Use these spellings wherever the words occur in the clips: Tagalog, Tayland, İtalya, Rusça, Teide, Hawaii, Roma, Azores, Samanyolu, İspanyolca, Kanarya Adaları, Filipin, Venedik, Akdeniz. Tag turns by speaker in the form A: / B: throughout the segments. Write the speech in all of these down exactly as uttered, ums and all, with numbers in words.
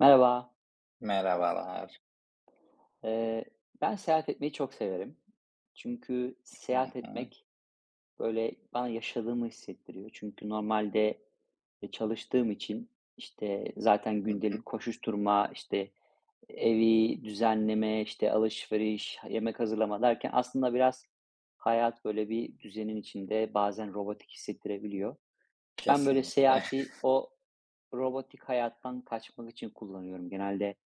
A: Merhaba.
B: Merhabalar.
A: Eee, ben seyahat etmeyi çok severim. Çünkü
B: Hı
A: seyahat
B: hı.
A: etmek böyle bana yaşadığımı hissettiriyor. Çünkü normalde e, çalıştığım için işte zaten
B: Hı hı.
A: gündelik koşuşturma, işte evi düzenleme, işte alışveriş, yemek hazırlama derken aslında biraz hayat böyle bir düzenin içinde bazen robotik hissettirebiliyor. Ben böyle
B: Kesinlikle.
A: seyahati o robotik hayattan kaçmak için kullanıyorum. Genelde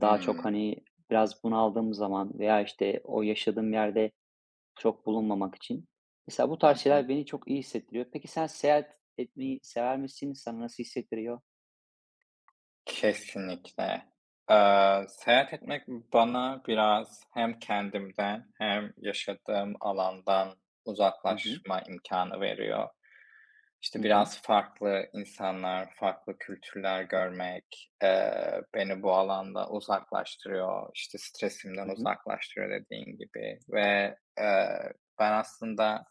A: daha çok,
B: Hımm.
A: hani, biraz bunaldığım zaman veya, işte, o yaşadığım yerde çok bulunmamak için. Mesela bu
B: Hı
A: tarz
B: hı.
A: şeyler beni çok iyi hissettiriyor. Peki sen seyahat etmeyi sever misin? Sana nasıl hissettiriyor?
B: Kesinlikle. Eee, seyahat etmek bana biraz hem kendimden hem yaşadığım alandan
A: Hı hı.
B: uzaklaşma imkanı veriyor. İşte,
A: Hı hı.
B: biraz farklı insanlar, farklı kültürler görmek, eee, beni bu alanda uzaklaştırıyor. İşte, stresimden
A: Hı hı.
B: uzaklaştırıyor dediğin gibi ve eee, ben aslında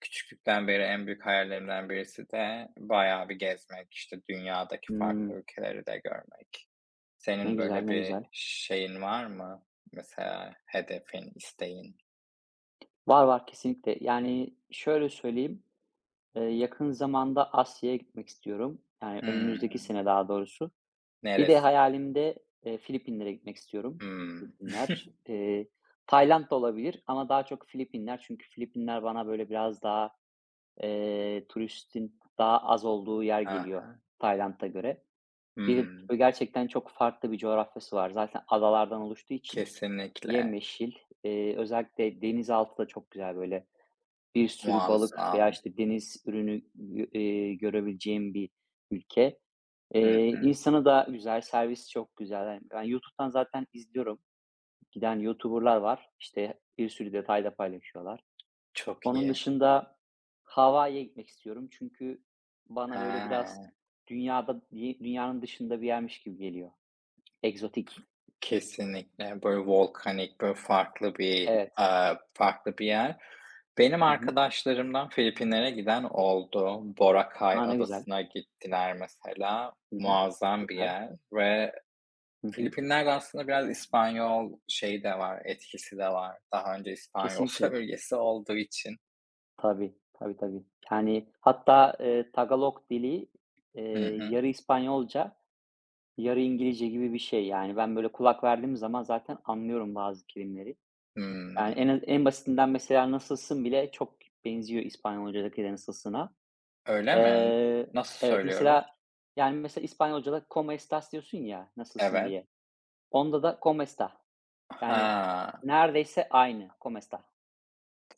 B: küçüklükten beri en büyük hayallerimden birisi de bayağı bir gezmek, işte, dünyadaki farklı
A: Hımm.
B: ülkeleri de görmek.
A: Ne
B: Senin
A: güzel,
B: böyle
A: ne
B: bir
A: güzel.
B: şeyin var mı? Mesela hedefin, isteğin?
A: Var, var, kesinlikle. Yani, şöyle söyleyeyim, eee, yakın zamanda Asya'ya gitmek istiyorum. Yani, önümüzdeki
B: Hımm.
A: sene daha doğrusu. Bir de
B: Neresi?
A: hayalimde, eee, Filipinler'e gitmek istiyorum.
B: Hımm.
A: Filipinler. Eee, Tayland da olabilir ama daha çok Filipinler. Çünkü Filipinler bana böyle biraz daha, eee, turistin daha az olduğu yer
B: Hı
A: geliyor
B: hı.
A: Tayland'a göre. Bir de gerçekten çok farklı bir coğrafyası var. Zaten adalardan oluştuğu için
B: Kesinlikle.
A: yemyeşil. Eee, özellikle denizaltı da çok güzel böyle. Bir sürü balık veya,
B: Muazzam.
A: işte, deniz ürünü, eee, görebileceğim bir ülke.
B: Hı
A: Eee,
B: hı.
A: insanı da güzel, servisi çok güzel. Yani, ben YouTube'dan zaten izliyorum. Giden YouTuber'lar var. İşte, bir sürü detay da paylaşıyorlar.
B: Çok
A: Onun
B: iyi.
A: dışında Hawaii'ye gitmek istiyorum. Çünkü bana böyle biraz
B: He.
A: dünyada di dünyanın dışında bir yermiş gibi geliyor. Egzotik.
B: Kesinlikle. Böyle volkanik, böyle farklı bir,
A: Evet.
B: aaa, farklı bir yer. Benim
A: Hı hı.
B: arkadaşlarımdan Filipinler'e giden oldu. Boracay
A: A, ne güzel.
B: Adası'na gittiler mesela.
A: Hı hı.
B: Muazzam bir
A: Süper.
B: yer. Ve
A: Hı hı.
B: Filipinler'de aslında biraz İspanyol şeyi de var, etkisi de var. Daha önce İspanyol
A: Kesinlikle.
B: sömürgesi olduğu için.
A: Tabii. Tabii, tabii. Yani hatta, eee, Tagalog dili,
B: Hı
A: eee,
B: hı.
A: yarı İspanyolca, yarı İngilizce gibi bir şey. Yani, ben böyle kulak verdiğim zaman zaten anlıyorum bazı kelimeleri. Yani, en
B: Hımm.
A: az en basitinden mesela "nasılsın" bile çok benziyor İspanyolca'daki de "nasılsın"a.
B: Öyle mi?
A: Eee,
B: Nasıl
A: evet,
B: söylüyoruz?
A: mesela, yani, mesela İspanyolca'da "como estás" diyorsun ya, "nasılsın"
B: Evet.
A: diye. Onda da "cómo está." Yani,
B: He.
A: neredeyse aynı. "Cómo está."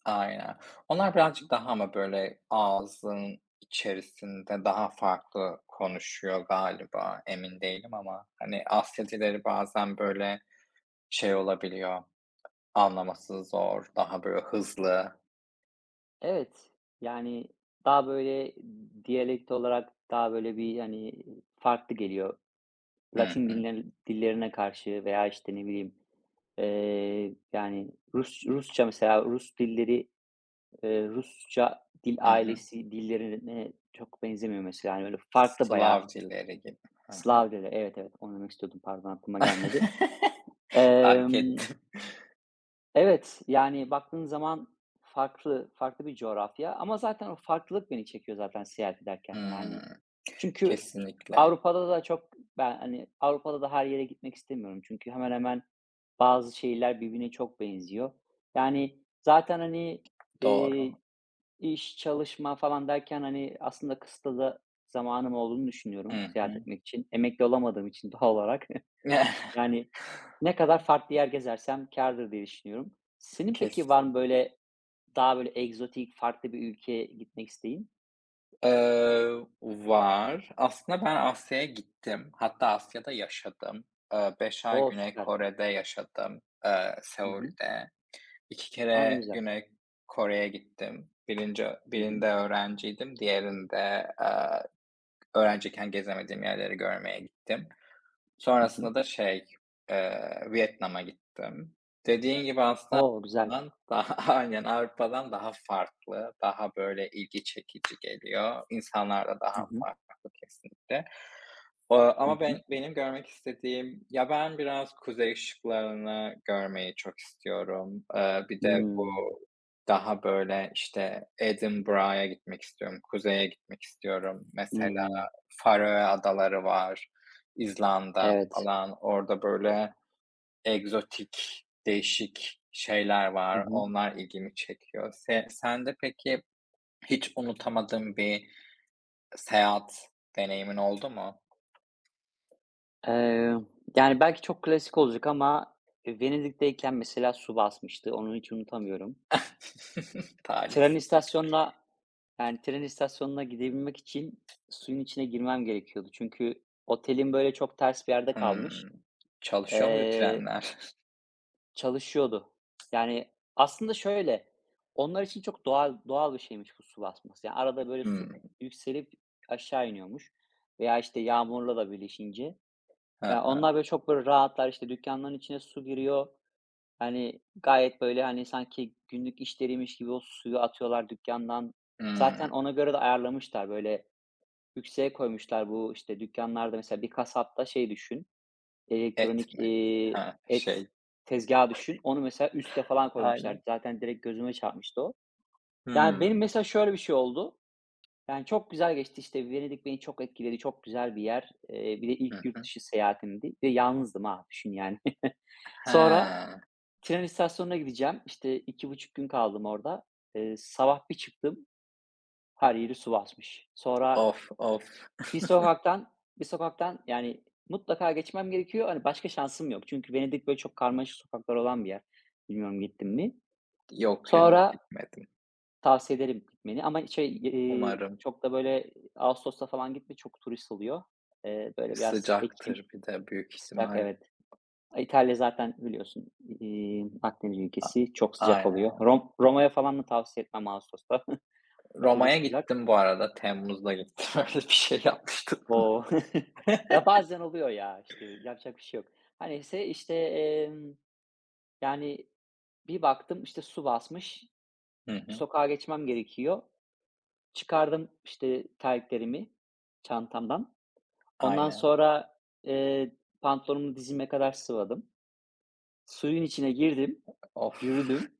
B: Aynen. Onlar
A: Hı
B: birazcık
A: hı.
B: daha ama böyle ağzın içerisinde daha farklı konuşuyor galiba, emin değilim ama hani Asya dilleri bazen böyle şey olabiliyor, anlaması zor, daha böyle hızlı.
A: Evet, yani, daha böyle diyalekt olarak daha böyle bir, hani, farklı geliyor.
B: Hı
A: Latin
B: hı,
A: dille dillerine karşı veya, işte, ne bileyim, eee, yani Rus Rusça mesela Rus dilleri, eee, Rusça dil
B: hı hı.
A: ailesi dillerine çok benzemiyor mesela. Yani böyle, farklı bayağı
B: Slav dilleri gibi. Hı hı.
A: Slav dilleri. Evet, evet, onu demek istiyordum. Pardon, aklıma gelmedi.
B: Fark
A: Emm,
B: ettim.
A: evet, yani baktığın zaman farklı farklı bir coğrafya ama zaten o farklılık beni çekiyor zaten seyahat ederken. Yani,
B: Hımm.
A: çünkü
B: Kesinlikle.
A: Avrupa'da da çok ben, hani, Avrupa'da da her yere gitmek istemiyorum. Çünkü hemen hemen bazı şehirler birbirine çok benziyor. Yani, zaten, hani,
B: Doğru.
A: eee, iş, çalışma falan derken, hani, aslında kısıtlı zamanım olduğunu
B: Hı
A: düşünüyorum seyahat
B: hı.
A: etmek için. Emekli olamadığım için doğal olarak. Yani, ne kadar farklı yer gezersem kârdır diye düşünüyorum. Senin
B: Kesin.
A: peki var mı böyle daha böyle egzotik farklı bir ülkeye gitmek isteğin?
B: Eee, Var. Aslında ben Asya'ya gittim. Hatta Asya'da yaşadım. Eee, beş ay
A: O,
B: Güney
A: süper.
B: Kore'de yaşadım, eee,
A: Hı hı.
B: Seul'de. iki
A: A, ne
B: kere
A: güzel.
B: Güney Kore'ye gittim. Birinci
A: Hı hı.
B: birinde öğrenciydim, diğerinde, eee, öğrenciyken gezemediğim yerleri görmeye gittim.
A: Hı hı.
B: Sonrasında da şey, eee, Vietnam'a gittim. Dediğin gibi aslında
A: O! Güzel.
B: Avrupa'dan daha, aynen, Avrupa'dan daha farklı, daha böyle ilgi çekici geliyor. İnsanlar da daha
A: Hı hı.
B: farklı kesinlikle. Eee,
A: Hı
B: ama
A: hı.
B: ben benim görmek istediğim ya, ben biraz kuzey ışıklarını görmeyi çok istiyorum. Eee, bir de bu
A: Hımm.
B: daha böyle, işte, Edinburgh'a gitmek istiyorum, kuzeye gitmek istiyorum. Mesela
A: Hımm.
B: Faroe Adaları var. İzlanda
A: Evet.
B: falan orada böyle egzotik, değişik şeyler
A: Hı
B: var.
A: hı.
B: Onlar ilgimi çekiyor. Se sen de peki hiç unutamadığın bir seyahat deneyimin oldu mu?
A: Eee, Yani, belki çok klasik olacak ama Venedik'teyken mesela su basmıştı. Onu hiç unutamıyorum. Tren
B: Talihsiz.
A: istasyonuna, yani, tren istasyonuna gidebilmek için suyun içine girmem gerekiyordu. Çünkü otelin böyle, çok ters bir yerde kalmış.
B: Hımm. Çalışıyor muydu
A: Eee
B: trenler?
A: Çalışıyordu. Yani, aslında şöyle, onlar için çok doğal doğal bir şeymiş bu su basması. Yani, arada böyle su
B: Hımm.
A: yükselip aşağı iniyormuş veya, işte, yağmurla da birleşince.
B: Hı
A: Ya,
B: hı.
A: onlar böyle çok böyle rahatlar, işte, dükkanların içine su giriyor. Hani, gayet böyle, hani, sanki günlük işleriymiş gibi o suyu atıyorlar dükkandan. Zaten
B: Hımm.
A: ona göre de ayarlamışlar. Böyle yükseğe koymuşlar bu, işte, dükkanlarda mesela bir kasapta şey düşün,
B: Et
A: elektronik,
B: mi?
A: eee,
B: Ha,
A: et
B: şey.
A: tezgâhı düşün. Onu mesela üste falan koymuşlardı.
B: Aynen.
A: Zaten direkt gözüme çarpmıştı o. Yani, benim
B: Hımm.
A: mesela şöyle bir şey oldu. Yani, çok güzel geçti işte. Venedik beni çok etkiledi. Çok güzel bir yer. Eee, bir de
B: Hı
A: ilk yurt
B: hı.
A: dışı seyahatimdi. Bir de yalnızdım ha, düşün yani. Sonra
B: He.
A: tren istasyonuna gideceğim. İşte, iki buçuk gün kaldım orada. Eee, sabah bir çıktım, her yeri su basmış. Sonra
B: Of, of.
A: Bir sokaktan bir sokaktan, yani, mutlaka geçmem gerekiyor. Hani, başka şansım yok. Çünkü Venedik, böyle, çok karmaşık sokaklar olan bir yer. Bilmiyorum gittim mi?
B: Yok, henüz
A: Sonra
B: gitmedim.
A: tavsiye ederim gitmeni ama şey, iii,
B: Umarım.
A: çok da, böyle, ağustos'ta falan gitme, çok turist oluyor. Eee, böyle, biraz ekim,
B: Sıcaktır bir de büyük
A: sıcak
B: ihtimal.
A: evet. İtalya zaten biliyorsun, iii, Akdeniz
B: A,
A: ülkesi, çok sıcak oluyor.
B: aynen.
A: Rom Roma'ya falan da tavsiye etmem ağustos'ta. Aşırı
B: Roma'ya
A: sıcak.
B: gittim bu arada. Temmuz'da gittim. Öyle bir şey yapmıştım.
A: O! Ya, bazen oluyor ya, işte, yapacak bir şey yok. Hani, ise, işte, emm, yani, bir baktım, işte, su basmış,
B: Hı hı.
A: sokağa geçmem gerekiyor. Çıkardım, işte, terliklerimi çantamdan. Ondan
B: Aynen.
A: sonra, eee, pantolonumu dizime kadar sıvadım. Suyun içine girdim,
B: Of!
A: yürüdüm.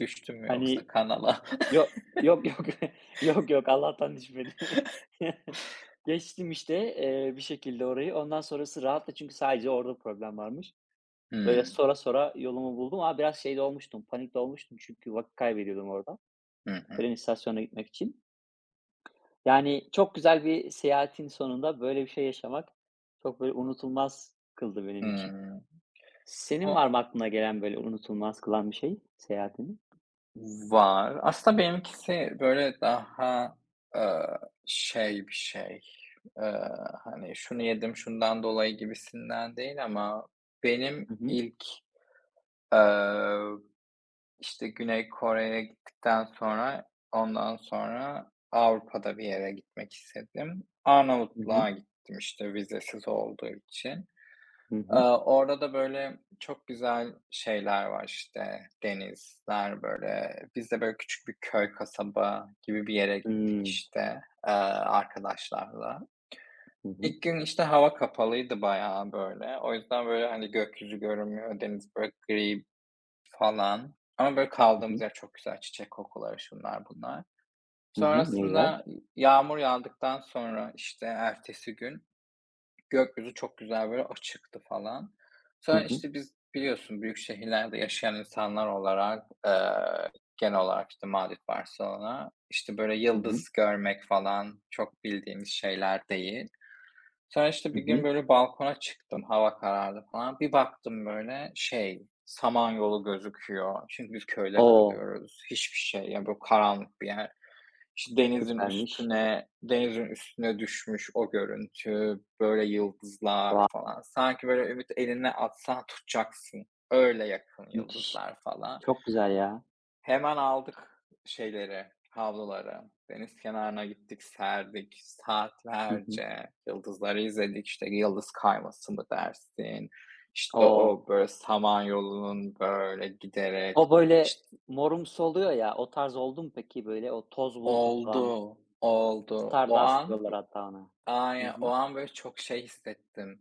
B: Düştüm mü yoksa
A: Hani,
B: kanala?
A: yok yok, yok, yok, yok, Allah'tan düşmedi. Geçtim, işte, eee, bir şekilde orayı. Ondan sonrası rahattı çünkü sadece orada problem varmış. Böyle
B: Hımm.
A: sonra sonra yolumu buldum ama biraz şeyde olmuştum, panikte olmuştum çünkü vakit kaybediyordum orada
B: Hı hı.
A: tren istasyonuna gitmek için. Yani çok güzel bir seyahatin sonunda böyle bir şey yaşamak çok böyle unutulmaz kıldı benim için.
B: Hımm.
A: Senin
B: O,
A: var mı aklına gelen böyle unutulmaz kılan bir şey seyahatini?
B: var. Aslında benimkisi böyle daha, eee, şey bir şey, eee, hani, şunu yedim şundan dolayı gibisinden değil ama benim
A: Hı hı.
B: ilk, eee İşte, Güney Kore'ye gittikten sonra, ondan sonra Avrupa'da bir yere gitmek istedim.
A: Hı hı.
B: Arnavutluğa gittim, işte, vizesiz olduğu için.
A: Hı
B: Eee,
A: hı.
B: orada da, böyle, çok güzel şeyler var, işte, denizler, böyle. Biz de, böyle, küçük bir köy, kasaba gibi bir yere gittik,
A: Hımm.
B: işte, eee, arkadaşlarla.
A: Hı hı.
B: İlk gün, işte, hava kapalıydı bayağı, böyle. O yüzden, böyle, hani, gökyüzü görünmüyor, deniz, böyle, gri falan. Ama böyle
A: Hı
B: kaldığımız
A: hı.
B: yer çok güzel, çiçek kokuları, şunlar bunlar.
A: Hı hı. Ne güzel.
B: Sonrasında yağmur yağdıktan sonra, işte, ertesi gün gökyüzü çok güzel, böyle, açıktı falan.
A: Hı
B: Sonra,
A: hı.
B: işte, biz biliyorsun, büyük şehirlerde yaşayan insanlar olarak, eee, genel olarak, işte, Madrid, Barcelona, işte, böyle,
A: Hı hı.
B: yıldız görmek falan çok bildiğimiz şeyler değil. Sonra işte
A: Hı
B: bir gün
A: hı.
B: böyle balkona çıktım, hava karardı falan. Bir baktım böyle şey, Samanyolu gözüküyor. Çünkü biz köyde
A: O!
B: kalıyoruz. Hiçbir şey, yani böyle karanlık bir yer. İşte denizin
A: Süpermiş.
B: üstüne, denizin üstüne düşmüş o görüntü, böyle yıldızlar
A: Vay!
B: falan. Sanki böyle ümit, eline atsan tutacaksın. Öyle yakın
A: Müthiş.
B: yıldızlar falan.
A: Çok güzel ya.
B: Hemen aldık şeyleri, havluları. Deniz kenarına gittik, serdik
A: Hı hı.
B: saatlerce. Yıldızları izledik. İşte yıldız kayması mı dersin? İşte
A: O!
B: o böyle Samanyolu'nun böyle giderek
A: O böyle
B: işte
A: morumsu oluyor ya, o tarz oldu mu peki böyle? O toz bulutu falan.
B: oldu, oldu. O
A: Stardust
B: an,
A: diyorlar
B: b-
A: hatta ona. Hı
B: ay, o
A: hı.
B: an böyle çok şey hissettim.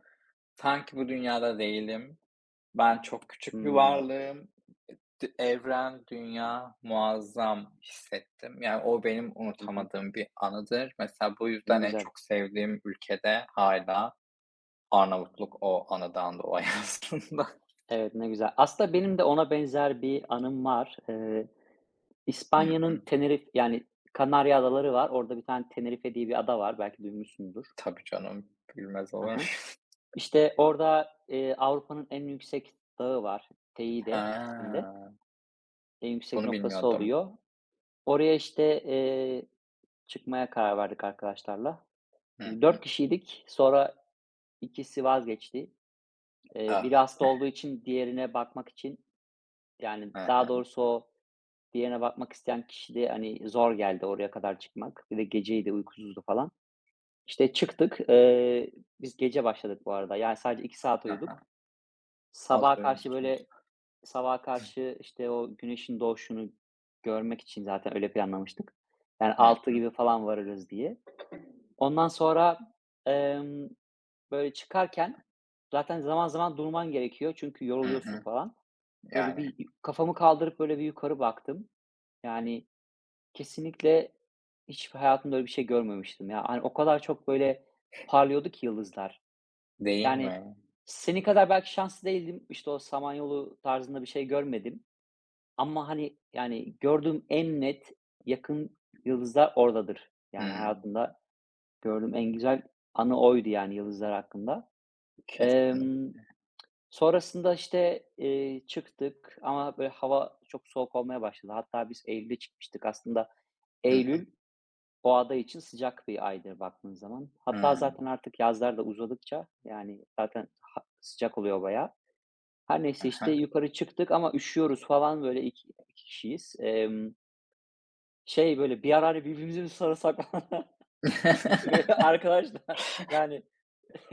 B: Sanki bu dünyada değilim. Ben çok küçük bir
A: Hımm.
B: varlığım. D evren, dünya muazzam hissettim. Yani o benim
A: Hı hı.
B: unutamadığım bir anıdır. Mesela bu
A: Ne
B: yüzden en
A: güzel.
B: çok sevdiğim ülkede hala Arnavutluk, o anıdan dolayı aslında.
A: Evet, ne güzel. Aslında benim de ona benzer bir anım var. Eee,
B: Hı
A: İspanya'nın
B: hı.
A: Tenerif yani Kanarya Adaları var. Orada bir tane Tenerife diye bir ada var. Belki duymuşsundur.
B: Tabii canım, bilmez olur
A: Hı
B: muyum?
A: hı. İşte orada, eee, Avrupa'nın en yüksek dağı var. Teide isminde.
B: Ha,
A: En yüksek
B: bunu
A: noktası
B: bilmiyordum.
A: oluyor. Oraya işte, eee çıkmaya karar verdik arkadaşlarla.
B: Hı hı.
A: Dört kişiydik. Sonra ikisi vazgeçti. Eee,
B: Ah,
A: biri hasta olduğu için diğerine bakmak için, yani,
B: hı
A: daha
B: hı,
A: doğrusu o diğerine bakmak isteyen kişi de, hani, zor geldi oraya kadar çıkmak. Bir de geceydi, uykusuzdu falan. İşte çıktık. Eee, biz gece başladık bu arada. Yani sadece iki saat
B: hı hı.
A: uyuduk.
B: Az
A: Sabaha karşı,
B: duymuşsunuz.
A: böyle, sabaha karşı, işte, o güneşin doğuşunu görmek için zaten öyle planlamıştık. Yani
B: Hı
A: altı
B: hı,
A: gibi falan varırız diye. Ondan sonra, emm böyle çıkarken zaten zaman zaman durman gerekiyor çünkü
B: hı
A: yoruluyorsun
B: hı.
A: falan. Böyle
B: Yani,
A: bir kafamı kaldırıp böyle bir yukarı baktım. Yani kesinlikle hiç hayatımda öyle bir şey görmemiştim ya. Hani o kadar çok böyle parlıyordu ki yıldızlar.
B: değil
A: Yani
B: mi?
A: senin kadar belki şanslı değildim. İşte o Samanyolu tarzında bir şey görmedim ama, hani, yani, gördüğüm en net yakın yıldızlar oradadır. Yani
B: Hımm,
A: hayatımda gördüğüm en güzel anı oydu yani yıldızlar hakkında.
B: kesin.
A: Emm Sonrasında, işte, eee, çıktık ama böyle hava çok soğuk olmaya başladı. Hatta biz eylülde çıkmıştık. Aslında
B: Hı
A: eylül o ada için sıcak bir aydır baktığın zaman. Hatta
B: hı.
A: zaten artık yazlar da uzadıkça, yani, zaten ha sıcak oluyor bayağı. Her neyse, işte,
B: Hı
A: yukarı çıktık ama üşüyoruz falan böyle iki 2 kişiyiz. Emm, şey, böyle bir ara, hani, birbirimizi birbirimize mi sarılsak Böyle arkadaşla yani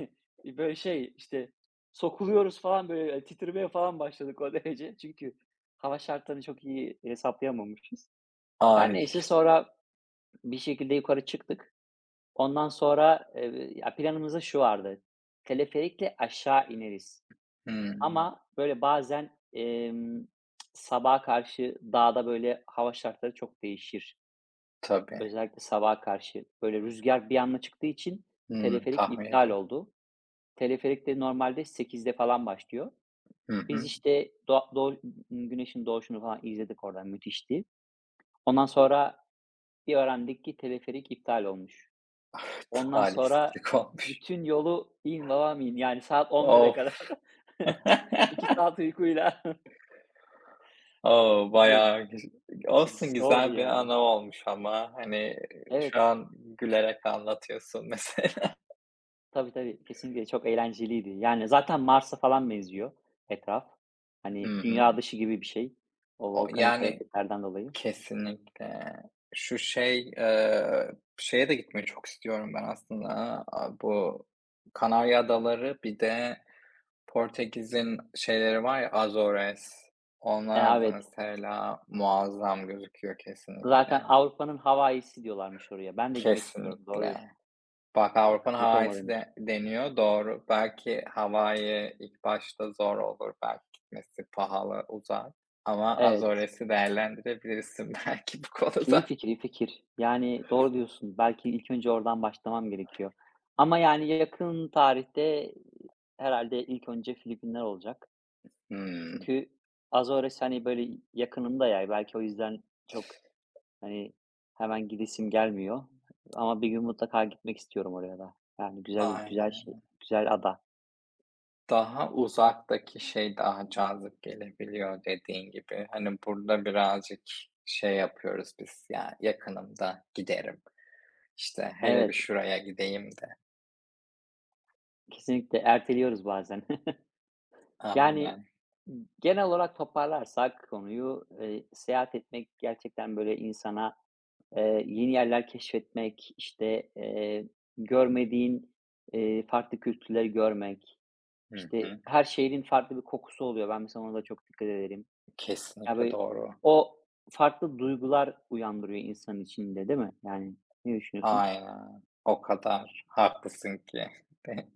A: böyle şey, işte, sokuluyoruz falan böyle, hani, titremeye falan başladık o derece. Çünkü hava şartlarını çok iyi hesaplayamamışız. Her
B: ay,
A: neyse sonra bir şekilde yukarı çıktık. Ondan sonra, eee, ya planımızda şu vardı. Teleferikle aşağı ineriz
B: hımm.
A: ama böyle bazen, emm, sabaha karşı dağda böyle hava şartları çok değişir.
B: Tabii.
A: Özellikle sabaha karşı böyle rüzgar bir anda çıktığı için
B: Hımm,
A: teleferik
B: tahmin
A: iptal
B: ede
A: oldu. Teleferik de normalde sekizde falan başlıyor.
B: hı
A: Biz,
B: hı.
A: işte, doğa doğ güneşin doğuşunu falan izledik oradan, müthişti. Ondan sonra bir öğrendik ki teleferik iptal olmuş.
B: Bir
A: Ondan sonra
B: talihsizlik olmuş.
A: bütün yolu in babam in, yani saat on bire
B: Of!
A: kadar iki saat uykuyla
B: O,
A: böyle
B: bayağı güz olsun
A: zordu
B: güzel bir
A: yani.
B: anı olmuş ama, hani, şu
A: Evet.
B: an gülerek anlatıyorsun mesela.
A: Tabii, tabii, kesinlikle çok eğlenceliydi. Yani, zaten Mars'a falan benziyor etraf.
B: Hı
A: Hani,
B: hı.
A: dünya dışı gibi bir şey, o
B: O
A: volkanik
B: yani,
A: hareketlerden dolayı.
B: kesinlikle. Şu şey, eee, şeye de gitmeyi çok istiyorum ben aslında. Aaa, bu Kanarya Adaları, bir de Portekiz'in şeyleri var ya, Azores.
A: E,
B: Onlar da
A: evet,
B: mesela muazzam gözüküyor kesinlikle.
A: zaten Avrupa'nın Hawaii'si diyorlarmış oraya. Ben de gitmek istiyorum, doğru
B: Kesinlikle.
A: diyorsun.
B: Bak, Avrupa'nın
A: Kısmet olmadı
B: Hawaii'si
A: henüz.
B: de deniyor, doğru. Belki Hawaii ilk başta zor olur, belki gitmesi pahalı, uzak, ama
A: Evet,
B: Azores'i değerlendirebilirsin belki bu
A: İyi
B: konuda.
A: fikir, iyi fikir. Yani, doğru diyorsun. Belki ilk önce oradan başlamam gerekiyor. Ama, yani, yakın tarihte herhalde ilk önce Filipinler olacak.
B: Hımm.
A: Çünkü Azores, hani, böyle, yakınımda ya, belki o yüzden çok hani, hemen gidesim gelmiyor ama bir gün mutlaka gitmek istiyorum oraya da. Yani güzel güzel şey,
B: Aynen.
A: güzel ada.
B: Daha uzaktaki şey daha cazip gelebiliyor dediğin gibi. Hani burada birazcık şey yapıyoruz biz ya, yakınımda giderim. İşte hele bir
A: Evet,
B: şuraya gideyim de.
A: kesinlikle erteliyoruz bazen. Yani,
B: Aynen.
A: genel olarak toparlarsak konuyu, eee, seyahat etmek gerçekten, böyle, insana, eee, yeni yerler keşfetmek, işte, eee, görmediğin, eee, farklı kültürleri görmek,
B: Hı
A: işte,
B: hı.
A: her şehrin farklı bir kokusu oluyor. Ben mesela ona da çok dikkat ederim. Ya,
B: Kesinlikle
A: böyle,
B: doğru.
A: o farklı duygular uyandırıyor insanın içinde, değil mi? Yani, ne düşünüyorsun?
B: Aynen. O kadar haklısın ki.